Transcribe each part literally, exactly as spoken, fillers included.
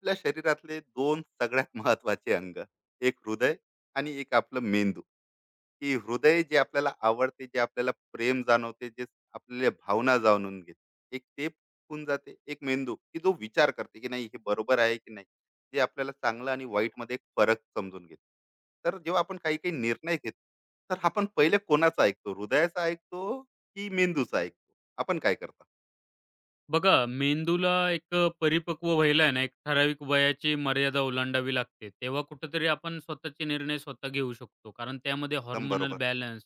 आपल्या शरीरातले दोन सगळ्यात महत्वाचे अंग. एक हृदय आणि एक आपलं मेंदू. की हृदय जे आपल्याला आवडते, जे आपल्याला प्रेम जाणवते, जे आपल्या भावना जाणून घेते, एक ते होऊन जाते. एक मेंदू की जो विचार करते की नाही हे बरोबर आहे की नाही, जे आपल्याला चांगलं आणि वाईट मध्ये एक फरक समजून घेते. तर जेव्हा आपण काही काही निर्णय घेतो, तर आपण पहिले कोणाचा ऐकतो? हृदयाचा ऐकतो की मेंदूचा ऐकतो? आपण काय करता? बघा, मेंदूला एक अ, परिपक्व व्हायला आहे ना, एक ठराविक वयाची मर्यादा ओलांडावी लागते. तेव्हा कुठेतरी आपण स्वतःचे निर्णय स्वतः घेऊ शकतो. कारण त्यामध्ये एकदम हॉर्मोनल बरोबर. बॅलन्स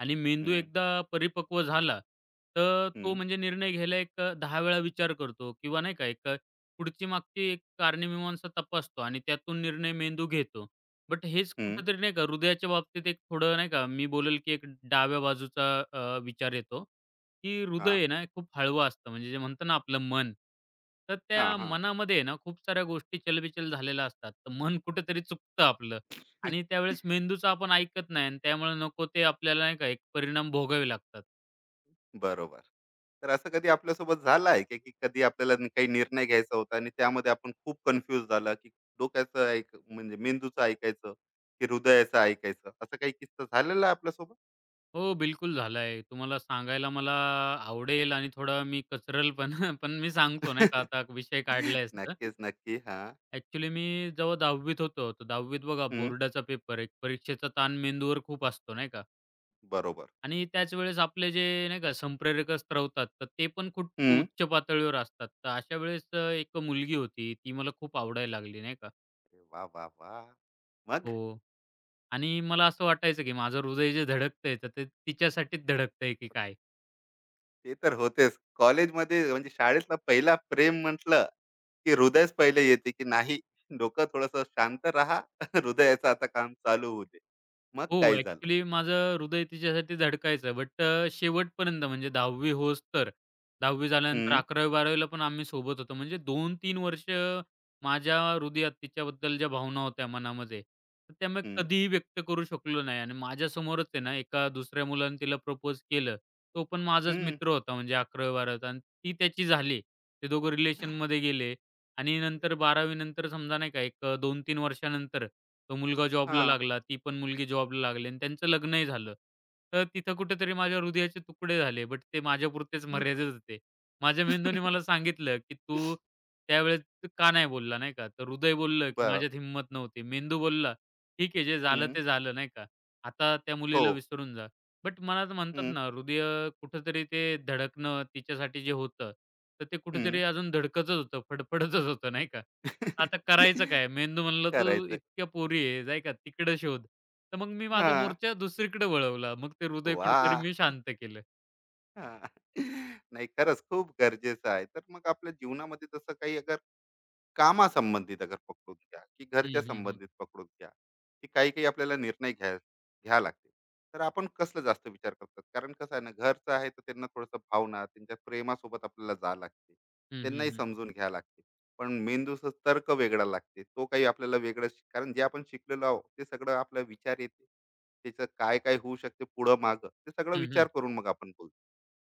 आणि मेंदू हम्म. एकदा परिपक्व झाला, तर तो हम्म. म्हणजे निर्णय घ्यायला एक अ, दहा वेळा विचार करतो किंवा नाही का, एक अ, पुढची-मागची एक कारणमीमांसा तपासतो आणि त्यातून निर्णय मेंदू घेतो. बट हेच हम्म. कुठेतरी नाही का, हृदयाच्या बाबतीत एक थोडं नाही का, मी बोलेल की एक डाव्या बाजूचा अ, विचार येतो. की हा. हृदय आहे ना खूप हळवं असतं म्हणजे जे म्हणतो ना आपलं मन. तर त्या हा. मनामध्ये आहे ना खूप साऱ्या गोष्टी चलबिचल झालेल्या असतात. तर मन कुठेतरी चुकतं आपलं आणि हा. त्यावेळेस मेंदूचं आपण ऐकत नाही आणि त्यामुळे नको ते आपल्याला नाही का एक परिणाम भोगावे लागतात. बरोबर. तर असं कधी आपल्यासोबत झालं आहे का, की कधी आपल्याला नि- काही निर्णय घ्यायचा होता आणि त्यामध्ये आपण खूप कन्फ्यूज झाला, की डोक्याचं ऐक म्हणजे मेंदूचं ऐकायचं, की हृदयाचं ऐकायचं? असा काही किस्सा झालेला आहे आपल्यासोबत? हो, बिलकुल झालाय. तुम्हाला सांगायला मला आवडेल आणि थोडा मी कचरल पण पण मी सांगतो नाही का आता विषय काढलायस तर. नक्कीच, नक्की. हां. ॲक्चुअली मी जेव्हा दहावीत होतो, तर दहावीत बघा हं. बोर्डाचा पेपर, एक परीक्षेचा ताण मेंदूवर खूप असतो नाही का? बरोबर. आणि त्याच वेळेस आपले जे नाही का संप्रेरक असं तर ते पण खूप हं. उच्च पातळीवर असतात. तर अशा वेळेस अ, एक मुलगी होती, ती मला खूप आवडायला लागली नाही का. वाह, वाह, वाह! मग? हो, आणि मला असं वाटायचं, की माझं हृदय जे धडकतंय, तर ते तिच्यासाठीच धडकतंय की काय? ते तर होतेच. कॉलेजमध्ये म्हणजे शाळेतला पहिला प्रेम म्हटलं, की हृदयच पहिले येते, की नाही. डोकं थोडंसं शांत राहा. हृदयाचं आता काम चालू होऊ. मग हो, काय झालं? ॲक्चुअली माझं हृदय तिच्यासाठी धडकायचं. बट अ, शेवटपर्यंत म्हणजे दहावी होस तर. 10वी झाल्यानंतर हं, अकरावी बारावी ला पण आम्ही सोबत होतो. म्हणजे दोन तीन वर्ष माझ्या हृदयात तिच्याबद्दल ज्या भावना होत्या मनामध्ये, तर त्या मी हं, कधीही व्यक्त करू शकलो नाही. आणि माझ्यासमोरच आहे ना, एका दुसऱ्या मुलाने तिला प्रपोज केलं. तो पण माझाच हं. मित्र होता म्हणजे अकरावी बारावी आणि ती त्याची झाली. ते दोघं रिलेशनमध्ये गेले. आणि नंतर बारावी नंतर समजा नाही का एक अ, दोन तीन वर्षानंतर तो मुलगा जॉबला हां. लागला, ती पण मुलगी जॉबला लागली आणि त्यांचं लग्नही झालं. तर तिथं कुठेतरी माझ्या हृदयाचे तुकडे झाले, बट ते माझ्यापुरतेच ब. मर्यादित होते. माझ्या मेंदूने मला सांगितलं, की "तू त्यावेळेस का नाही बोलला?" नाही का. तर हृदय बोललं, की बरं. "माझ्यात हिंमत नव्हती." मेंदू बोलला, "ठीक आहे, जे झालं हं. ते झालं." नाही का. "आता त्या हो. मुलीला विसरून जा." बट मला तर म्हणतात हं, ना, हृदय कुठेतरी ते धडकणं तिच्यासाठी जे होतं, तर ते हं. कुठेतरी अजून धडकतच होतं, फडफडतच होतं नाही का. आता करायचं काय? मेंदू म्हणला, "तू करायचं. इतक्या पोरी आहे, नाही का, तिकडं शोध." तर मग मी माझा हां. मोर्चा दुसरीकडे वळवला. मग ते हृदय कुठेतरी वाह! मी शांत केलं. हां. नाही खरंच खूप गरजेचं आहे. तर मग आपल्या जीवनामध्ये तसं काही अगर कामासंबंधित अगर पकडून घ्या, की हं, घरच्या हं, हं. संबंधित पकडून घ्या, की काही काही आपल्याला निर्णय घ्या घ्या लागते, तर आपण कसलं जास्त विचार करतात? कारण कसं आहे ना, घरचं आहे तर त्यांना थोडंसं भावना, त्यांच्या प्रेमासोबत आपल्याला जा लागते, हं, त्यांनाही हं, हं. समजून घ्या लागते. पण मेंदूचा तर्क वेगळा लागते. तो काही आपल्याला वेगळं शिक- कारण जे आपण शिकलेलो आहोत ते सगळं आपला विचार येते. त्याचं काय काय होऊ शकते पुढं मागं, ते सगळं हं, विचार हं. करून मग आपण बोलतो,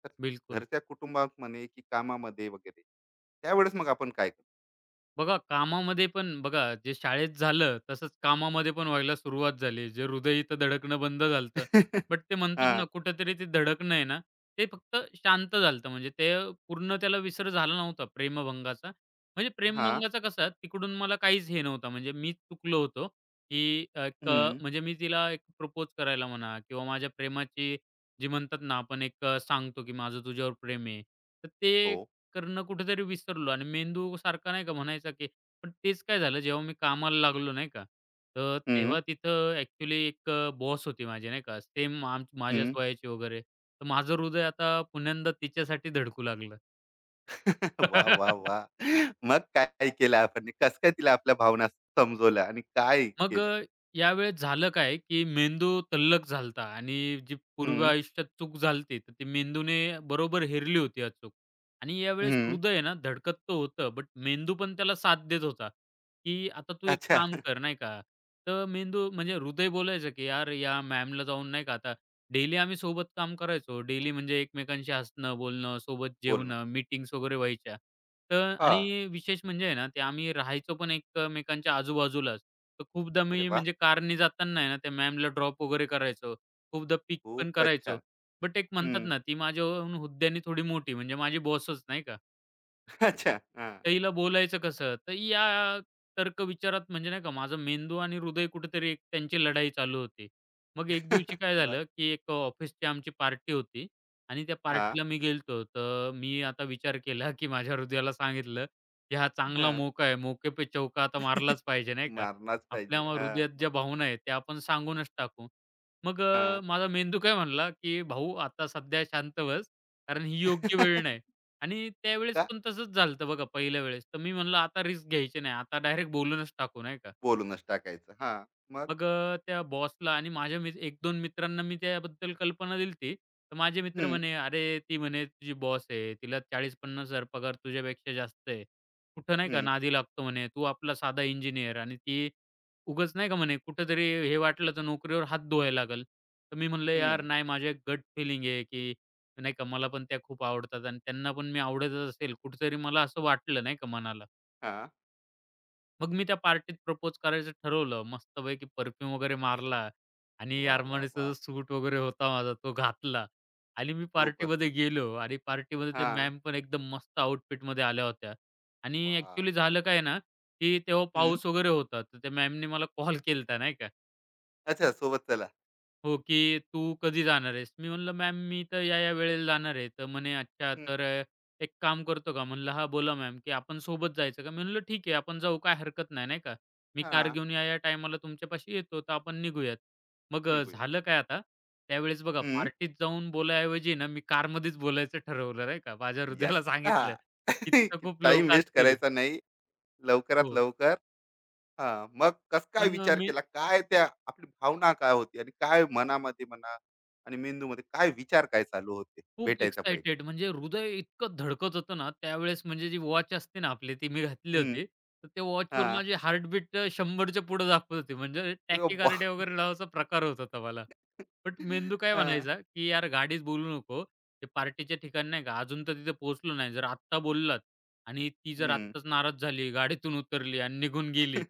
तर बिलकुल. घरच्या कुटुंबात म्हणे की कामामध्ये वगैरे. त्यावेळेस मग आपण काय? बघा कामामध्ये पण बघा जे शाळेत झालं तसंच कामामध्ये पण व्हायला सुरुवात झाली. जे हृदय इथं धडकणं बंद झालं बट ते हा. म्हणतात ना कुठेतरी ते धडकणं आहे ना, ते फक्त शांत झालं होतं. म्हणजे ते पूर्ण त्याला विसर झाला नव्हता प्रेमभंगाचा. म्हणजे हा. प्रेमभंगाचा कसा तिकडून मला काहीच हे नव्हतं. म्हणजे मी चुकलो होतो, की अ, एक अ, हं. म्हणजे मी तिला एक प्रपोज करायला म्हणा किंवा माझ्या प्रेमाची जी म्हणतात ना आपण एक अ, सांगतो, की माझं तुझ्यावर प्रेम आहे. तर ते हो. करणं कुठेतरी विसरलो आणि मेंदू सारखा नाही का म्हणायचा, की पण तेच काय झालं जेव्हा मी कामाला लागलो नाही का, तर हं, तेव्हा तिथं ॲक्चुअली एक अ, बॉस होती माझी नाही का, सेम आम माझ्याच हं. वयाची वगैरे. तर माझं हृदय आता पुन्यांदा तिच्यासाठी धडकू लागलं. वाह, वाह, वाह! मग काय केलं आपण? कसं काय तिला आपल्या भावना समजवल्या आणि काय मग केलं? अ, यावेळेस झालं काय, की मेंदू तल्लक झाला होता आणि जी पूर्व हं, आयुष्यात चूक झाली होती, तर ती मेंदूने बरोबर हेरली होती अचूक. आणि यावेळेस हं. हृदय आहे ना, धडकत तर होतं, बट मेंदू पण त्याला साथ देत होता, की आता तू एक अच्छा. काम कर, नाही का. तर मेंदू म्हणजे हृदय बोलायचं, की "यार, या मॅमला जाऊन नाही का आता डेली आम्ही सोबत काम करायचो. डेली म्हणजे एकमेकांशी हसणं, बोलणं, सोबत बोलणं. जेवणं, मीटिंग्स वगैरे व्हायच्या. तर हां. आणि विशेष म्हणजे आहे ना, ते आम्ही राहायचो पण एकमेकांच्या आजूबाजूलाच. तर खूपदा अरे मी वाह! म्हणजे कारने जाताना आहे ना, त्या मॅमला ड्रॉप वगैरे करायचो. खूपदा पिक पण खूपच करायचो. छान. बट एक हं. म्हणतात ना, ती माझ्याहून हुद्द्याने थोडी मोठी म्हणजे माझी बॉसच नाही का. अच्छा. हां. ताईला बोलायचं कसं? तर या तर्कविचारात म्हणजे नाही का माझा मेंदू आणि हृदय कुठेतरी एक त्यांची लढाई चालू होती. मग एक दिवशी काय मग? झालं, की एक ऑफिसची आमची पार्टी होती आणि त्या हां. पार्टीला मी गेलो. तर मी आता विचार केला, की माझ्या हृदयाला सांगितलं, की हा चांगला हां. मौका आहे. मौके पे चौका आता मारलाच पाहिजे नाही का? मारलाच आपल्या पाहिजे. म- हां. हृदयात मग? ज्या भावना आहेत त्या आपण सांगूनच टाकू. मग हां. अ, माझा मेंदू काय म्हणला, की "भाऊ आता सध्या शांत बस. कारण ही योग्य वेळ नाही." आणि त्यावेळेस का? पण तसंच झालं होतं बघा पहिल्या वेळेस. तर मी म्हणलं आता रिस्क घ्यायची नाही. आता डायरेक्ट बोलूनच टाकू नाही का. बोलूनच टाकायचं. हां. मग? मग अ, त्या बॉसला आणि माझ्या मित्र एक दोन मित्रांना मी त्याबद्दल कल्पना दिली तर माझे मित्र हं, म्हणे, "अरे, ती म्हणे तुझी बॉस आहे. तिला चाळीस ते पन्नास हजार पगार तुझ्यापेक्षा जास्त आहे. कुठं नाही का हं, नादी लागतो म्हणे. तू आपला साधा इंजिनिअर आणि ती उगाच नाही का म्हणे कुठेतरी हे वाटलं तर नोकरीवर हात धुवायला लागेल." तर मी म्हणलं, "यार हं. नाही, माझी एक गट फीलिंग आहे, की नाही का मला पण त्या खूप आवडतात आणि त्यांना पण मी आवडतच असेल." कुठेतरी मला असं वाटलं नाही का मनाला. हां. मग मी त्या पार्टीत प्रपोज करायचं ठरवलं. मस्तपैकी परफ्यूम वगैरे मारला आणि वाह, वाह, अरमानीचा वाह! जो सूट वगैरे होता माझा तो घातला आणि मी पार्टीमध्ये खूपच. गेलो आणि पार्टीमध्ये त्या हां. मॅम पण एकदम मस्त आउटफिटमध्ये आल्या होत्या आणि वाह! ॲक्चुअली झालं काय ना, की तेव्हा हं. पाऊस वगैरे होता. तर त्या मॅमनी मला कॉल केलता नाही का. अच्छा, सोबत चला. हो, की "तू कधी जाणार आहेस?" मी म्हणलं, "मॅम मी तर या-या वेळेला जाणार आहे." तर म्हणे, "अच्छा हं. तर अ, एक काम करतो का?" म्हणलं, हा बोला मॅम." की "आपण सोबत जायचं का?" मी म्हणलं, "ठीक आहे, आपण जाऊ काय हरकत नाही, नाही का? मी कार हां, घेऊन या-या टायमाला तुमच्यापाशी येतो, तर आपण निघूयात." मग अ, निघूया. झालं काय आता, त्यावेळेस बघा हं. पार्टीत जाऊन बोलायऐवजी ना, मी कारमध्येच बोलायचं ठरवलं, नाही का? माझ्या हृदयाला येस. हां. सांगितलं, टाईम की तिथं खूप लोकं वेस्ट असतील. करायचा नाही. लवकरात हो, लवकर. हां, मग कसं काय पण अ, विचार मी केला? काय, त्या आपली भावना काय होती आणि काय मनामध्ये म्हणा, आणि मेंदूमध्ये काय विचार काय चालू होते खूप भेटायच्या पहिले? एक्साइटेड म्हणजे हृदय इतकं धडकत होतं ना, त्यावेळेस म्हणजे जी वॉच असते ना आपली, ती मी घातली हं. होती. तर त्या वॉचवर हां. माझी हार्टबीट अ, शंभरच्या पुढे दाखवत होती. म्हणजे अरे बा! टॅकीकार्डिया वगैरे नावाचा प्रकार होत होता मला. बट मेंदू काय हां. म्हणायचा, की "यार गाडीच बोलू नको. ते पार्टीच्या ठिकाणी नाही का, अजून तर तिथे पोहोचलो नाही. जर आत्ता बोललात आणि ती जर हं. आत्ताच नाराज झाली, गाडीतून उतरली आणि निघून गेली,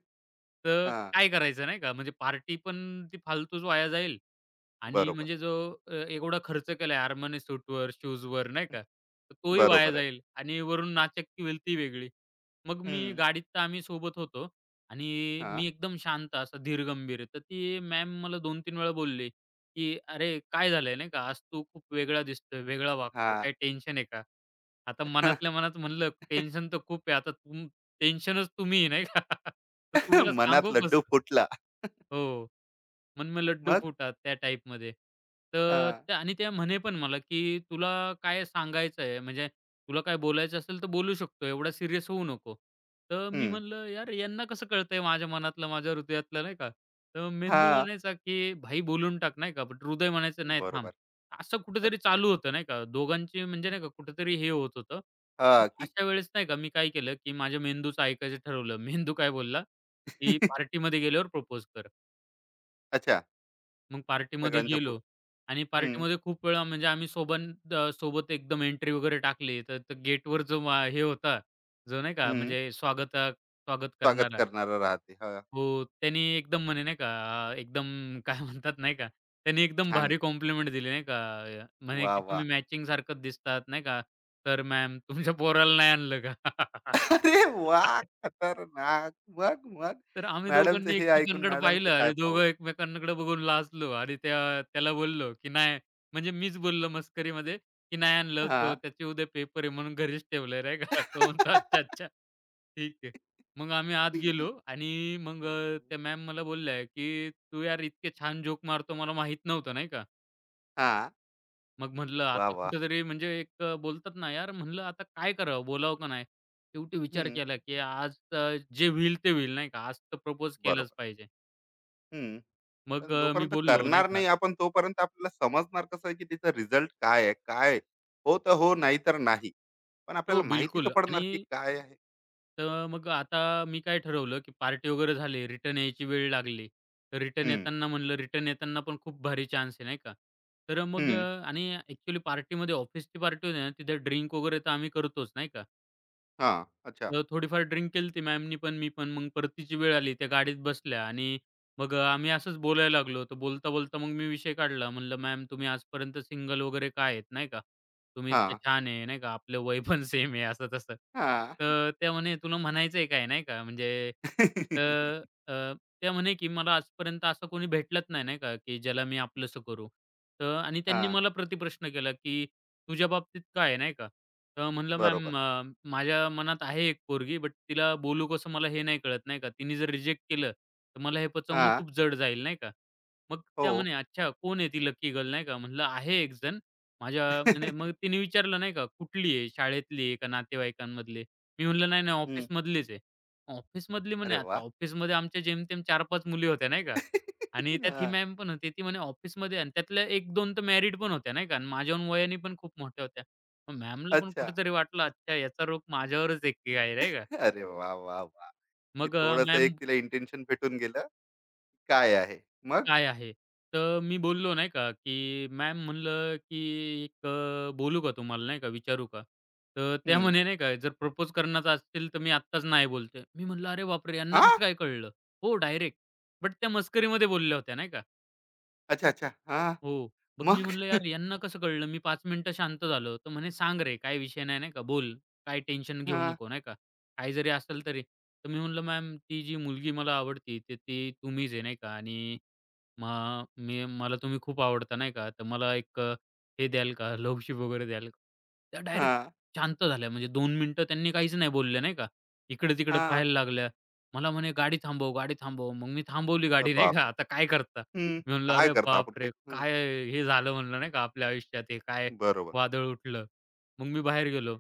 तर हां. काय करायचं?" नाही का. म्हणजे पार्टी पण ती फालतूच वाया जाईल आणि बरोबर. म्हणजे जो अ, एवढा खर्च केलाय Armani सूटवर, शूजवर नाही का, तर तोही वाया बरोबर आहे. जाईल आणि वरून नाचक्की होईल ती वेगळी. मग मी हं. गाडीत तर आम्ही सोबत होतो आणि हां. मी एकदम शांत असा धीरगंभीर. तर ती मॅम मला दोन तीन वेळा बोलली, की "अरे काय झालंय नाही का, आज तू खूप वेगळा दिसतोय, वेगळा वागतोय. हां. काही टेन्शन आहे का?" आता मनातल्या मनात म्हणलं टेन्शन तर खूप आहे. आता तुम टेन्शनच तुम्ही आहे नाही का. तर तुम्हाला मनात सांगू लड्डू कसं? फुटला. हो. मन में लड्डू मग? फुटा त्या टाईपमध्ये. तर हां. त्या आणि त्या म्हणे पण मला, की "तुला काय सांगायचं आहे, म्हणजे तुला काय बोलायचं असेल तर बोलू शकतो, एवढा सीरियस होऊ नको." तर मी हं. म्हणलं, "यार यांना कसं कळतंय माझ्या मनातलं, माझ्या हृदयातलं," नाही का. तर मेंदू हां. म्हणायचा, की "भाई बोलून टाक," नाही का. बट हृदय म्हणायचं, "नाही थांब." बरोबर. असं कुठेतरी अरे. चालू होतं नाही का. दोघांची म्हणजे नाही का कुठेतरी हे होत होतं. मग हां, की. अशा वेळेस नाही का मी काय केलं, की माझ्या मेंदूचं ऐकायचं ठरवलं. मेंदू काय बोलला, की "पार्टीमध्ये गेल्यावर प्रपोज कर." अच्छा. मग पार्टीमध्ये सगळ्यांच्या पुढं. गेलो आणि हं, पार्टीमध्ये खूप वेळा म्हणजे आम्ही सोबत अ, सोबत एकदम एंट्री वगैरे टाकली, तर तर गेटवर जो मा हे होता, जो नाही का हं. म्हणजे स्वागत स्वागत स्वागत करणारा करणारं राहते. हां, हो, त्यांनी एकदम म्हणे नाही का अ, एकदम काय म्हणतात नाही का, त्यांनी एकदम छान. भारी कॉम्प्लिमेंट दिली नाही का, अ, म्हणे वाह, की वाह! "तुम्ही मॅचिंग सारखंच दिसतात" नाही का, "तर मॅम तुमच्या पोराला नाही आणलं का?" अरे वाह! खतरनाक. मग, मग तर आम्ही मॅडमचं दोघांनी हे ऐकून एकमेकांकडे मॅडमचं पाहिलं काय आणि भाव? दोघं एकमेकांकडे बघून लाजलो आणि त्या त्याला बोललो, की नाही म्हणजे मीच बोललो मस्करीमध्ये, की नाही आणलं तो हां. त्याचे उद्या पेपर आहे म्हणून घरीच ठेवलंय नाही का. तो म्हणतो अच्छा, अच्छा ठीक आहे. मग आम्ही आत गेलो आणि मग अ, हं. त्या मॅम मला बोलल्या, की "तू यार इतके छान जोक मारतो मला माहीत नव्हतं" नाही का. हां. मग म्हटलं वाह, आता वाह! कुठेतरी म्हणजे एक अ, बोलतात ना यार म्हटलं आता काय करावं? बोलावं का नाही? शेवटी विचार हं. केला, की आज अ, जे होईल ते होईल नाही का. आज तर प्रपोज केलाच बरोबर. पाहिजे. हं. मग पण अ, मी जोपर्यंत बोललो नाही करणार का नाही आपण, तोपर्यंत आपल्याला समजणार कसं आहे, की त्याचा रिझल्ट काय आहे? काय. हो तर हो, नाही तर नाही. पण हो, आपल्याला माहिती तर बिलकुल आणि पडणार, की काय आहे? तर मग आता मी काय ठरवलं, की पार्टी वगैरे झाली, रिटर्न यायची वेळ लागली. तर रिटर्न हं, येताना म्हणलं, रिटर्न येताना पण खूप भारी चान्स आहे, नाही का. तर मग अ, हं. आणि ॲक्चुअली पार्टीमध्ये ऑफिसची पार्टी होती ना, तिथे ड्रिंक वगैरे तर आम्ही करतोच, नाही का. हां. अच्छा. तर थोडीफार ड्रिंक केली ती मॅमनी पण मी पण. मग परतीची वेळ आली, त्या गाडीत बसल्या आणि मग अ, आम्ही असंच बोलायला लागलो. तर बोलता-बोलता मग मी विषय काढला. म्हणलं, "मॅम तुम्ही आजपर्यंत सिंगल वगैरे का आहेत, नाही का? तुम्ही इतक्या हां, छान आहे, नाही का? आपलं वय पण सेम आहे," असं-तसं. हां. तर त्या म्हणे, "तुला म्हणायचंय काय?" नाही का म्हणजे. हां, तर अ, त्या म्हणे, की "मला आजपर्यंत असं कोणी भेटलंच नाही, नाही का, की ज्याला मी आपलंसं करू." तर आणि त्यांनी मला प्रतिप्रश्न केला, की "तुझ्या बाबतीत काय आहे?" नाही का. तर म्हणलं बरोबर. मॅम, अ, माझ्या मनात आहे एक पोरगी, बट तिला बोलू कसं मला हे नाही कळत, नाही का. तिने जर रिजेक्ट केलं, तर मला हे पचवणं हां, खूप जड जाईल, नाही का. मग हो. त्या म्हणे, "अच्छा कोण आहे ती लकी गर्ल?" नाही का. म्हटलं, "आहे एक जण." माझ्या म्हणे मग तिने विचारलं नाही का, "कुठली आहे? शाळेतली आहे का नातेवाईकांमधली?" मी म्हटलं, "नाही, नाही हं. ऑफिसमधलीच आहे." "ऑफिसमधली?" अरे म्हणे. आता वाह! ऑफिसमध्ये आमच्या जेमतेम चार पाच मुली होत्या, नाही का. आणि त्यात ही हां, मॅम पण होती. ती म्हणे ऑफिसमध्ये आणि त्यातल्या एक दोन तर मॅरिड पण होत्या, नाही का. आणि माझ्याहून वयाने पण खूप मोठ्या होत्या. मग मॅमला पण अच्छा. कुठेतरी वाटलं, अच्छा याचा रोग माझ्यावरच आहे की काय, नाही का. अरे वाह, वाह, वाह! की मग अ, थोडंसं मॅम एक तिला इंटेन्शन भेटून गेलं, काय आहे. मग? काय आहे? तर मी बोललो नाही का, की मॅम म्हणलं, की एक अ, बोलू का तुम्हाला नाही का, विचारू का? तर त्या हं. म्हणे नाही का, जर प्रपोज करण्याचा असतील तर मी आत्ताच नाही बोलते. मी म्हणलं, "अरे बापरे! यांना आह! कसं काय कळलं?" हो, डायरेक्ट. बट त्या मस्करीमध्ये बोलल्या होत्या नाही का. अच्छा, अच्छा. हां, हो. मग मी मग? म्हणलं, "यार यांना कसं कळलं?" मी पाच मिनिटं शांत झालो. तर म्हणे, "सांग रे, काय विषय नाही, नाही का? बोल. काय टेन्शन घेऊ हां, नको, नाही का? काही जरी असेल तरी." तर मी म्हणलं, "मॅम, ती जी मुलगी मला आवडती, तर ती तुम्हीच आहे, नाही का? आणि मग मी मला तुम्ही खूप आवडता नाही का, तर मला एक अ, हे द्याल का लव्हशिप वगैरे द्याल का? त्या डायरेक्ट हां, शांत झाल्या. म्हणजे दोन मिनिटं त्यांनी काहीच नाही बोलल्या नाही का. इकडे-तिकडे हां. पाहायला लागल्या. मला म्हणे, "गाडी थांबव, गाडी थांबव." मग मी थांबवली अ, गाडी नाही का. बापरे! आता काय करता? हं. मी म्हणलं, काय "अरे करता आपण बापरे! काही. हं, काय हे झालं म्हणलं नाही का आपल्या आयुष्यात हे काय बरोबर. वादळ उठलं." मग मी बाहेर गेलो.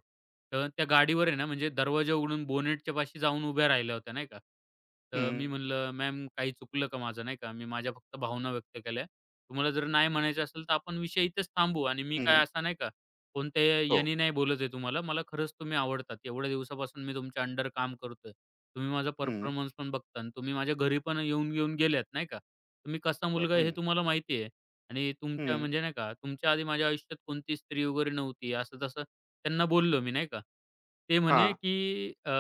तर त्या गाडीवर आहे ना, म्हणजे दरवाजा उघडून बोनेटच्या पाशी जाऊन उभ्या राहिल्या होत्या, नाही का. हं, तर मी म्हणलं, "मॅम काही चुकलं का माझं?" नाही का. मी माझ्या फक्त भावना व्यक्त केल्या. "तुम्हाला जर नाही म्हणायचं असेल तर आपण विषय इथेच थांबवू आणि मी हं. काय असा नाही का, कोणत्या हो. याने नाही बोलत आहे तुम्हाला. मला खरंच तुम्ही आवडतात. एवढ्या दिवसापासून मी तुमच्या अंडर काम करतोय. तुम्ही माझा हं, परफॉर्मन्स पण बघता आणि तुम्ही माझ्या घरी पण येऊन-येऊन गेल्यात, नाही का. तर कसा बरं. मुलगा आहे हं, हे तुम्हाला माहिती आहे. आणि तुमच्या हं. म्हणजे नाही का, तुमच्या आधी माझ्या आयुष्यात कोणती स्त्री वगैरे नव्हती, असं-तसं त्यांना बोललो मी नाही का. ते म्हणे, हां, की अ,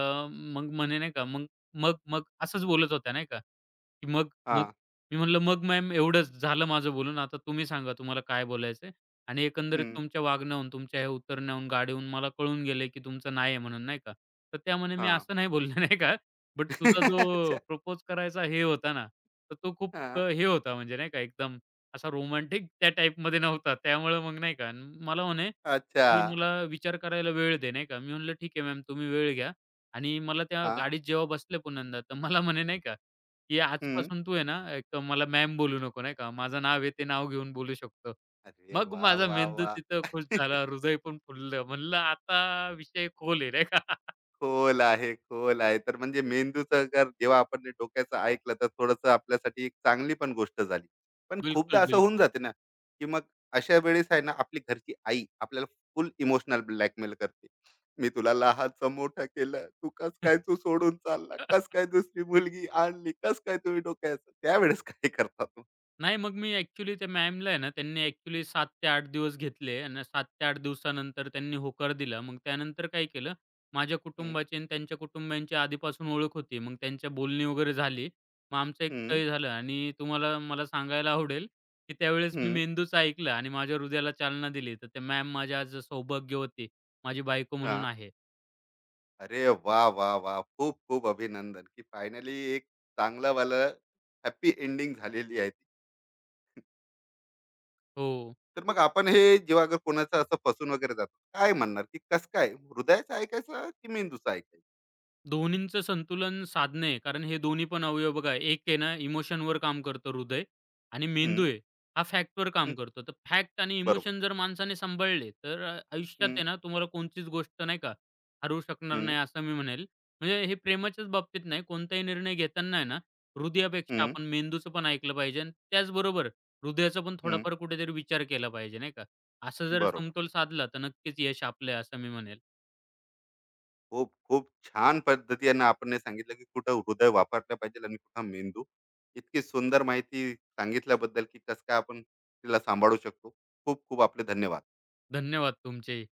मग म्हणे नाही का, "मग मग मग" असंच बोलत होत्या नाही का, की "मग मग?" हां. मी म्हटलं, "मग मॅम एवढंच झालं माझं बोलून. आता तुम्ही सांगा तुम्हाला काय बोलायचंय?" आणि एकंदरीत हं, तुमच्या वागण्याहून, तुमच्या ह्या उतरण्याहून, गाडीहून मला कळून गेलंय, की तुमचं नाही आहे म्हणून नाही का. तर त्या म्हणे, "मी हां. असं नाही बोलले नाही का, बट तुझा जो अच्छा. प्रपोज करायचा हे होता ना, तर तो खूप अ, हां, हे होता म्हणजे नाही का एकदम असा रोमॅन्टिक त्या टाईपमध्ये नव्हता. त्यामुळे मग नाही का न- मला म्हणे, अच्छा. की "मला विचार करायला वेळ दे." नाही का. मी म्हटलं, "ठीक आहे मॅम तुम्ही वेळ घ्या." आणि मला त्या हां. गाडीत जेव्हा बसले पुन्हांदा, तर मला म्हणे नाही का, की हम्म. "आजपासून तू आहे ना, एक मला मॅम बोलू नको." नाही का. माझं नाव आहे ते नाव घेऊन बोलू शकतो. अरे मग वा, माझा वा, मेंदू तिथं वाह! खुश झाला. हृदय पण फुललं. म्हणलं आता विषय खोल आहे नाही का. खोल आहे, खोल आहे. तर म्हणजे मेंदूचं जर जेव्हा आपण हे डोक्याचं ऐकलं, तर थोडंसं आपल्यासाठी एक चांगली पण गोष्ट झाली. पण खूपदा बिलकुल, असं होऊन बिलकुल. जाते ना, की मग अशा वेळेस आहे ना, आपली घरची आई आपल्याला फुल इमोशनल ब्लॅकमेल करते. "मी तुला लहानचं मोठं केलं. तू कसं काय तू सोडून चालला? कसं काय दुसरी मुलगी आणली? कसं काय तुम्ही डोक्याचं?" त्यावेळेस काय करता तू? नाही मग मी ॲक्चुअली त्या मॅमला आहे ना, त्यांनी ॲक्चुअली सात ते आठ दिवस घेतले आणि सात ते आठ दिवसानंतर त्यांनी होकार दिला. मग त्यानंतर काय केलं, माझ्या हं, कुटुंबाची आणि त्यांच्या कुटुंबियांची आधीपासून ओळख होती. मग त्यांच्या बोलणी वगैरे झाली. मग आमचं एक हं, तय झालं आणि तुम्हाला मला सांगायला आवडेल, की त्यावेळेस मी हं. मेंदूचं ऐकलं आणि माझ्या हृदयाला चालना दिली. तर त्या मॅम माझ्या आज सौभाग्यवती माझी बायको म्हणून आहे. अरे वा, वा, वाह! खूप-खूप अभिनंदन, की फायनली एक चांगलं वाला हॅपी एंडिंग झालेली आहे. ती. हो. तर मग आपण हे जेव्हा अगर कोणाचं असं फसून वगैरे जातो, काय म्हणणार, की कस काय हृदयाचं ऐकायचं की मेंदूचं ऐकायचं? दोन्हींचं संतुलन साधणे, कारण हे दोन्ही पण अवयव बघा, एक आहे ना इमोशनवर काम करतं हृदय आणि हं, मेंदू आहे, हा फॅक्टवर हं, काम करतो. तर फॅक्ट आणि बरोबर. इमोशन जर माणसाने सांभाळले, तर अ, आयुष्यात हं, आहे ना तुम्हाला कोणतीच गोष्ट नाही का हरवू शकणार हं, नाही, असं मी म्हणेल. म्हणजे हे प्रेमाच्याच बाबतीत नाही, कोणताही निर्णय घेताना आहे ना, हृदयापेक्षा हं, आपण मेंदूचं पण ऐकलं पाहिजे आणि त्याचबरोबर हृदयाचा पण हं, थोडाफार कुठेतरी विचार केला पाहिजे, नाही का. असं जर बरोबर. समतोल साधला, तर नक्कीच यश आपलं आहे, असं मी म्हणेल. खूप, खूप छान पद्धतीने आपण हे सांगितलं, की कुठं हृदय वापरलं पाहिजे आणि कुठं मेंदू. इतकी सुंदर माहिती सांगितल्याबद्दल, की कसं काय आपण तिला सांभाळू शकतो. खूप खूप आपले धन्यवाद. धन्यवाद तुमचेही.